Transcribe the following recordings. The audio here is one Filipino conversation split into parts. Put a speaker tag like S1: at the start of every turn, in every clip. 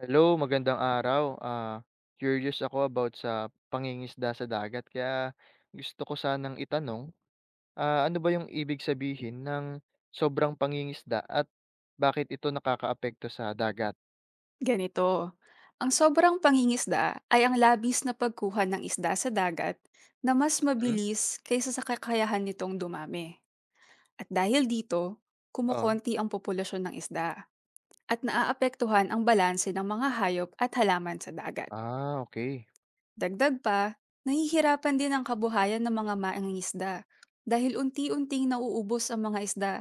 S1: Hello, magandang araw. Curious ako about sa pangingisda sa dagat kaya gusto ko sanang itanong, ano ba yung ibig sabihin ng sobrang pangingisda at bakit ito nakakaapekto sa dagat?
S2: Ganito, ang sobrang pangingisda ay ang labis na pagkuha ng isda sa dagat na mas
S1: Hmm?
S2: mabilis kaysa sa kakayahan nitong dumami. At dahil dito,
S1: Oh.
S2: kumukonti ang populasyon ng isda at naaapektuhan ang balanse ng mga hayop at halaman sa dagat.
S1: Ah, okay.
S2: Dagdag pa, nahihirapan din ang kabuhayan ng mga mangingisda dahil unti-unting nauubos ang mga isda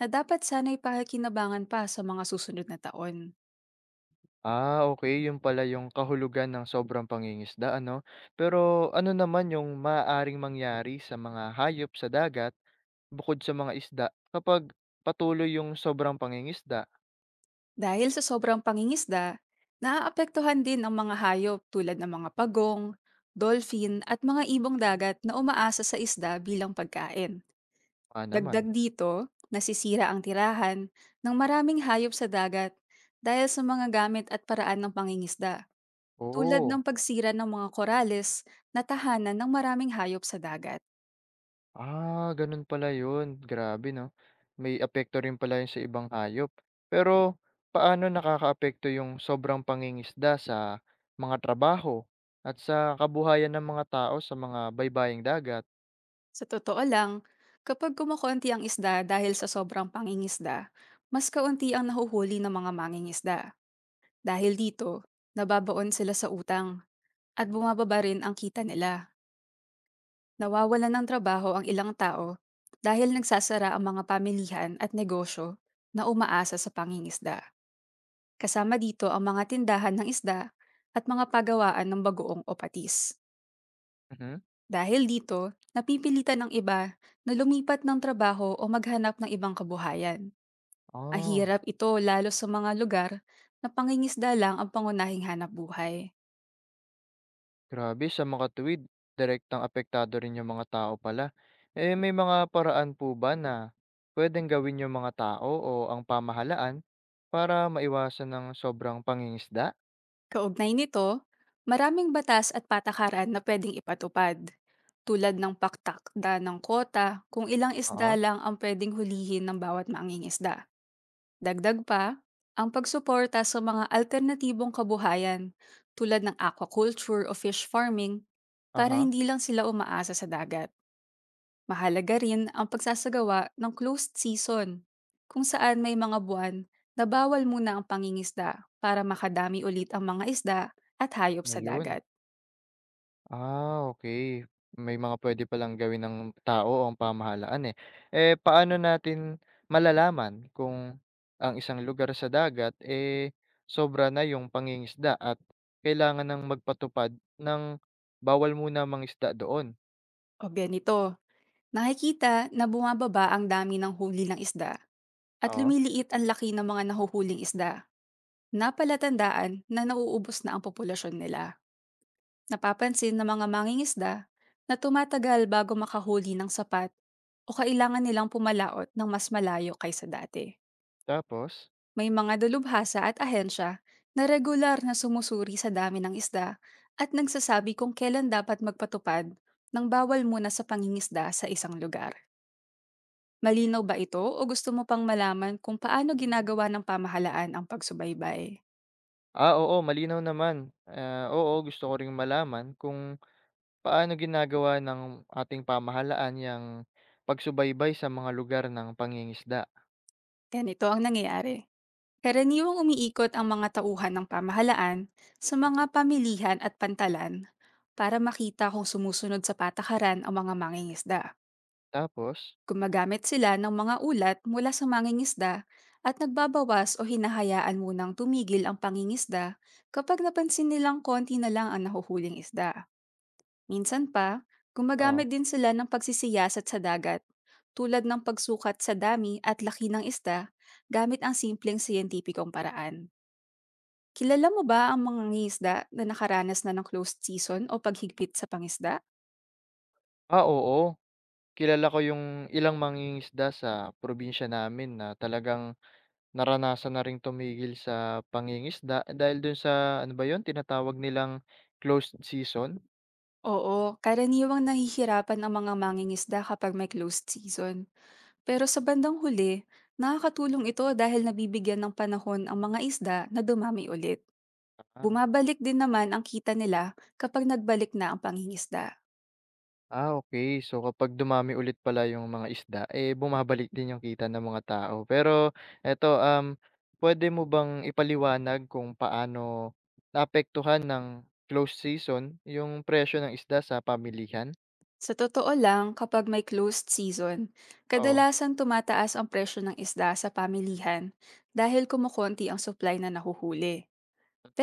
S2: na dapat sana'y pakikinabangan pa sa mga susunod na taon.
S1: Ah, okay. Yun pala yung kahulugan ng sobrang pangingisda, ano? Pero ano naman yung maaaring mangyari sa mga hayop sa dagat bukod sa mga isda kapag patuloy yung sobrang pangingisda?
S2: Dahil sa sobrang pangingisda, naaapektuhan din ang mga hayop tulad ng mga pagong, dolphin at mga ibong dagat na umaasa sa isda bilang pagkain.
S1: Ah,
S2: Dagdag
S1: naman.
S2: dito, nasisira ang tirahan ng maraming hayop sa dagat dahil sa mga gamit at paraan ng pangingisda, tulad
S1: Oo.
S2: ng pagsira ng mga korales na tahanan ng maraming hayop sa dagat.
S1: Ah, ganun pala yun. Grabe 'no, may apekto rin pala yun sa ibang hayop. Pero paano nakakaapekto yung sobrang pangingisda sa mga trabaho at sa kabuhayan ng mga tao sa mga baybaying dagat?
S2: Sa totoo lang, kapag kumukonti ang isda dahil sa sobrang pangingisda, mas kaunti ang nahuhuli ng mga mangingisda. Dahil dito, nababaon sila sa utang at bumababa rin ang kita nila. Nawawalan ng trabaho ang ilang tao dahil nagsasara ang mga pamilihan at negosyo na umaasa sa pangingisda. Kasama dito ang mga tindahan ng isda at mga pagawaan ng bagoong o patis.
S1: Mhm.
S2: Dahil dito, napipilitan ng iba na lumipat ng trabaho o maghanap ng ibang kabuhayan.
S1: Ah,
S2: Mahirap ito lalo sa mga lugar na pangingisda lang ang pangunahing hanap buhay.
S1: grabe sa mga tuwid, direktang apektado rin yung mga tao pala. Eh, may mga paraan po ba na puwedeng gawin yung mga tao o ang pamahalaan para maiwasan ng sobrang pangingisda?
S2: Kaugnay nito, maraming batas at patakaran na pwedeng ipatupad, tulad ng paktakda ng kota kung ilang isda
S1: Oo,
S2: lang ang pwedeng hulihin ng bawat manging isda. Dagdag pa, ang pagsuporta sa mga alternatibong kabuhayan tulad ng aquaculture o fish farming para
S1: aha,
S2: hindi lang sila umaasa sa dagat. Mahalaga rin ang pagsasagawa ng closed season, kung saan may mga buwan na bawal muna ang pangingisda para makadami ulit ang mga isda at hayop sa
S1: ayun.
S2: dagat.
S1: Ah, okay. May mga pwede palang gawin ng tao o ang pamahalaan, eh. Eh, paano natin malalaman kung ang isang lugar sa dagat, eh, sobra na yung pangingisda at kailangan ng magpatupad ng bawal muna mangisda doon?
S2: O ganito, nakikita na bumababa ang dami ng huli ng isda at
S1: Oo,
S2: lumiliit ang laki ng mga nahuhuling isda. Napalatandaan na nauubos na ang populasyon nila. Napapansin ng mga mangingisda na tumatagal bago makahuli ng sapat o kailangan nilang pumalaot ng mas malayo kaysa dati.
S1: tapos?
S2: May mga dalubhasa at ahensya na regular na sumusuri sa dami ng isda at nagsasabi kung kailan dapat magpatupad ng bawal muna sa pangingisda sa isang lugar. Malinaw ba ito o gusto mo pang malaman kung paano ginagawa ng pamahalaan ang pagsubaybay?
S1: Ah, oo, malinaw naman. Ah, oo, gusto ko ring malaman kung paano ginagawa ng ating pamahalaan yung pagsubaybay sa mga lugar ng pangingisda.
S2: Ganito ang nangyayari. Karaniwang umiikot ang mga tauhan ng pamahalaan sa mga pamilihan at pantalan para makita kung sumusunod sa patakaran ang mga mangingisda.
S1: Tapos?
S2: Gumagamit sila ng mga ulat mula sa mangingisda at nagbabawas o hinahayaan munang tumigil ang pangingisda kapag napansin nilang konti na lang ang nahuhuling isda. Minsan pa,
S1: Oh.
S2: gumagamit din sila ng pagsisiyasat sa dagat, tulad ng pagsukat sa dami at laki ng isda gamit ang simpleng siyentipikong paraan. Kilala mo ba ang mga ngisda na nakaranas na ng closed season o paghigpit sa pangisda?
S1: Ah, oo. Kilala ko yung ilang mangingisda sa probinsya namin na talagang naranasan na ring tumigil sa pangingisda dahil dun sa ano ba yun, tinatawag nilang closed season?
S2: Oo, karaniwang nahihirapan ang mga mangingisda kapag may closed season. Pero sa bandang huli, nakakatulong ito dahil nabibigyan ng panahon ang mga isda na dumami ulit.
S1: Ah,
S2: Bumabalik din naman ang kita nila kapag nagbalik na ang pangingisda.
S1: ah, okey. So, kapag dumami ulit pala yung mga isda, eh, bumabalik din yung kita ng mga tao. Pero eto, pwede mo bang ipaliwanag kung paano naapektuhan ng closed season yung presyo ng isda sa pamilihan?
S2: Sa totoo lang, kapag may closed season,
S1: Oo,
S2: kadalasan tumataas ang presyo ng isda sa pamilihan dahil kumukonti ang supply na nahuhuli.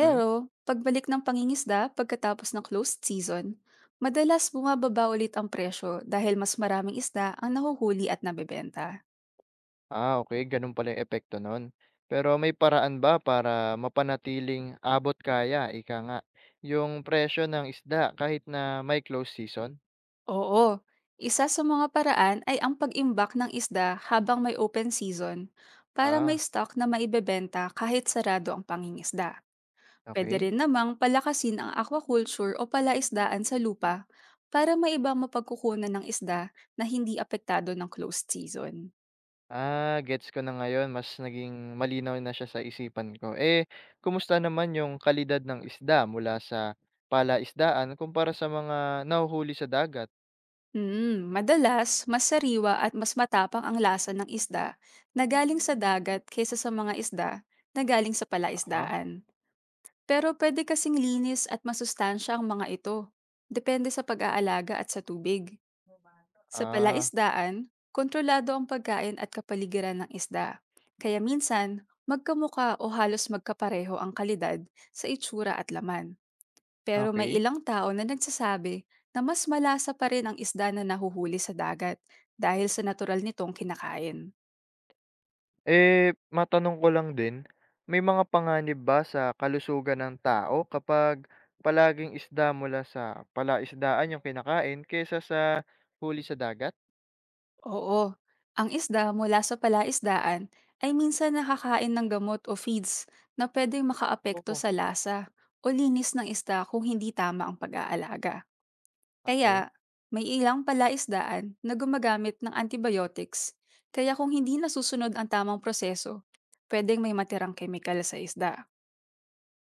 S1: mm.
S2: pagbalik ng pangingisda pagkatapos ng closed season, madalas bumababa ulit ang presyo dahil mas maraming isda ang nahuhuli at nabebenta.
S1: Ah, okay, gano'n pala yung epekto nun. Pero may paraan ba para mapanatiling abot kaya, ika nga, yung presyo ng isda kahit na may close season?
S2: Oo. Isa sa mga paraan ay ang pag-imbak ng isda habang may open season para
S1: Ah,
S2: may stock na maibebenta kahit sarado ang pangingisda. Pwede
S1: okay.
S2: rin namang palakasin ang aquaculture o palaisdaan sa lupa para may ibang mapagkukunan ng isda na hindi apektado ng closed season.
S1: Ah, gets ko na ngayon, mas naging malinaw na siya sa isipan ko. Eh, kumusta naman yung kalidad ng isda mula sa palaisdaan kumpara sa mga nahuhuli sa dagat?
S2: Madalas, mas sariwa at mas matapang ang lasa ng isda na galing sa dagat kaysa sa mga isda na galing sa
S1: Uh,
S2: palaisdaan. Pero pwede kasing linis at masustansya ang mga ito. Depende sa pag-aalaga at sa tubig. Sa
S1: ah,
S2: palaisdaan, kontrolado ang pagkain at kapaligiran ng isda. Kaya minsan, magkamuka o halos magkapareho ang kalidad sa itsura at laman. Pero may
S1: okay.
S2: ilang tao na nagsasabi na mas malasa pa rin ang isda na nahuhuli sa dagat dahil sa natural nitong kinakain.
S1: Eh, matanong ko lang din, may mga panganib ba sa kalusugan ng tao kapag palaging isda mula sa palaisdaan yung kinakain kaysa sa huli sa dagat?
S2: Oo. Ang isda mula sa palaisdaan ay minsan nakakain ng gamot o feeds na pwedeng makaapekto
S1: Oo.
S2: sa lasa o linis ng isda kung hindi tama ang pag-aalaga.
S1: Okey.
S2: Kaya, may ilang palaisdaan na gumagamit ng antibiotics. Kaya kung hindi nasusunod ang tamang proseso, pwedeng may matirang kemikal sa isda.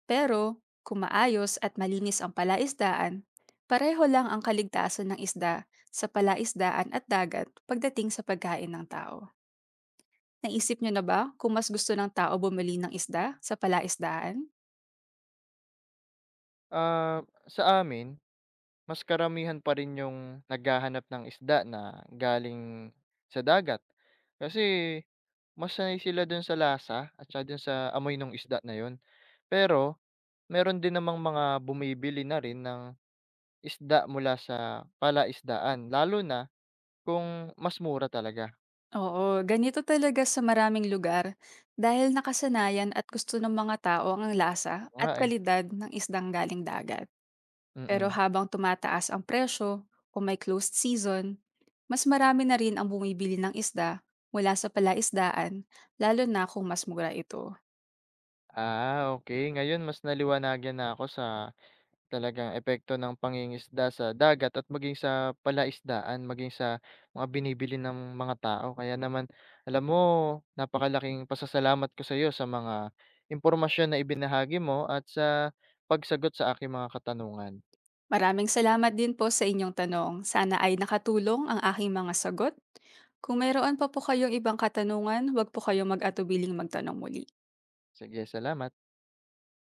S2: Pero, kung maayos at malinis ang palaisdaan, pareho lang ang kaligtasan ng isda sa palaisdaan at dagat pagdating sa pagkain ng tao. Naisip niyo na ba kung mas gusto ng tao bumili ng isda sa palaisdaan?
S1: Ah, sa amin, mas karamihan pa rin yung naghahanap ng isda na galing sa dagat. Kasi mas sanay sila dun sa lasa at saka dun sa amoy nung isda na yun. Pero meron din namang mga bumibili na rin ng isda mula sa palaisdaan, lalo na kung mas mura talaga.
S2: Oo, ganito talaga sa maraming lugar dahil nakasanayan at gusto ng mga tao ang lasa
S1: Oo
S2: at
S1: nga, eh,
S2: kalidad ng isdang galing dagat. Pero
S1: mm.
S2: habang tumataas ang presyo o may closed season, mas marami na rin ang bumibili ng isda mula sa palaisdaan lalo na kung mas mura ito.
S1: Ah, okey, ngayon mas naliwanagan na ako sa talagang epekto ng pangingisda sa dagat at maging sa palaisdaan, maging sa mga binibili ng mga tao. Kaya naman, alam mo, napakalaking pasasalamat ko sa'yo sa mga impormasyon na ibinahagi mo at sa pagsagot sa aking mga katanungan.
S2: Maraming salamat din po sa inyong tanong. Sana ay nakatulong ang aking mga sagot. Kung mayroon pa po kayong ibang katanungan, huwag po kayong mag-atubiling magtanong muli.
S1: Sige, salamat.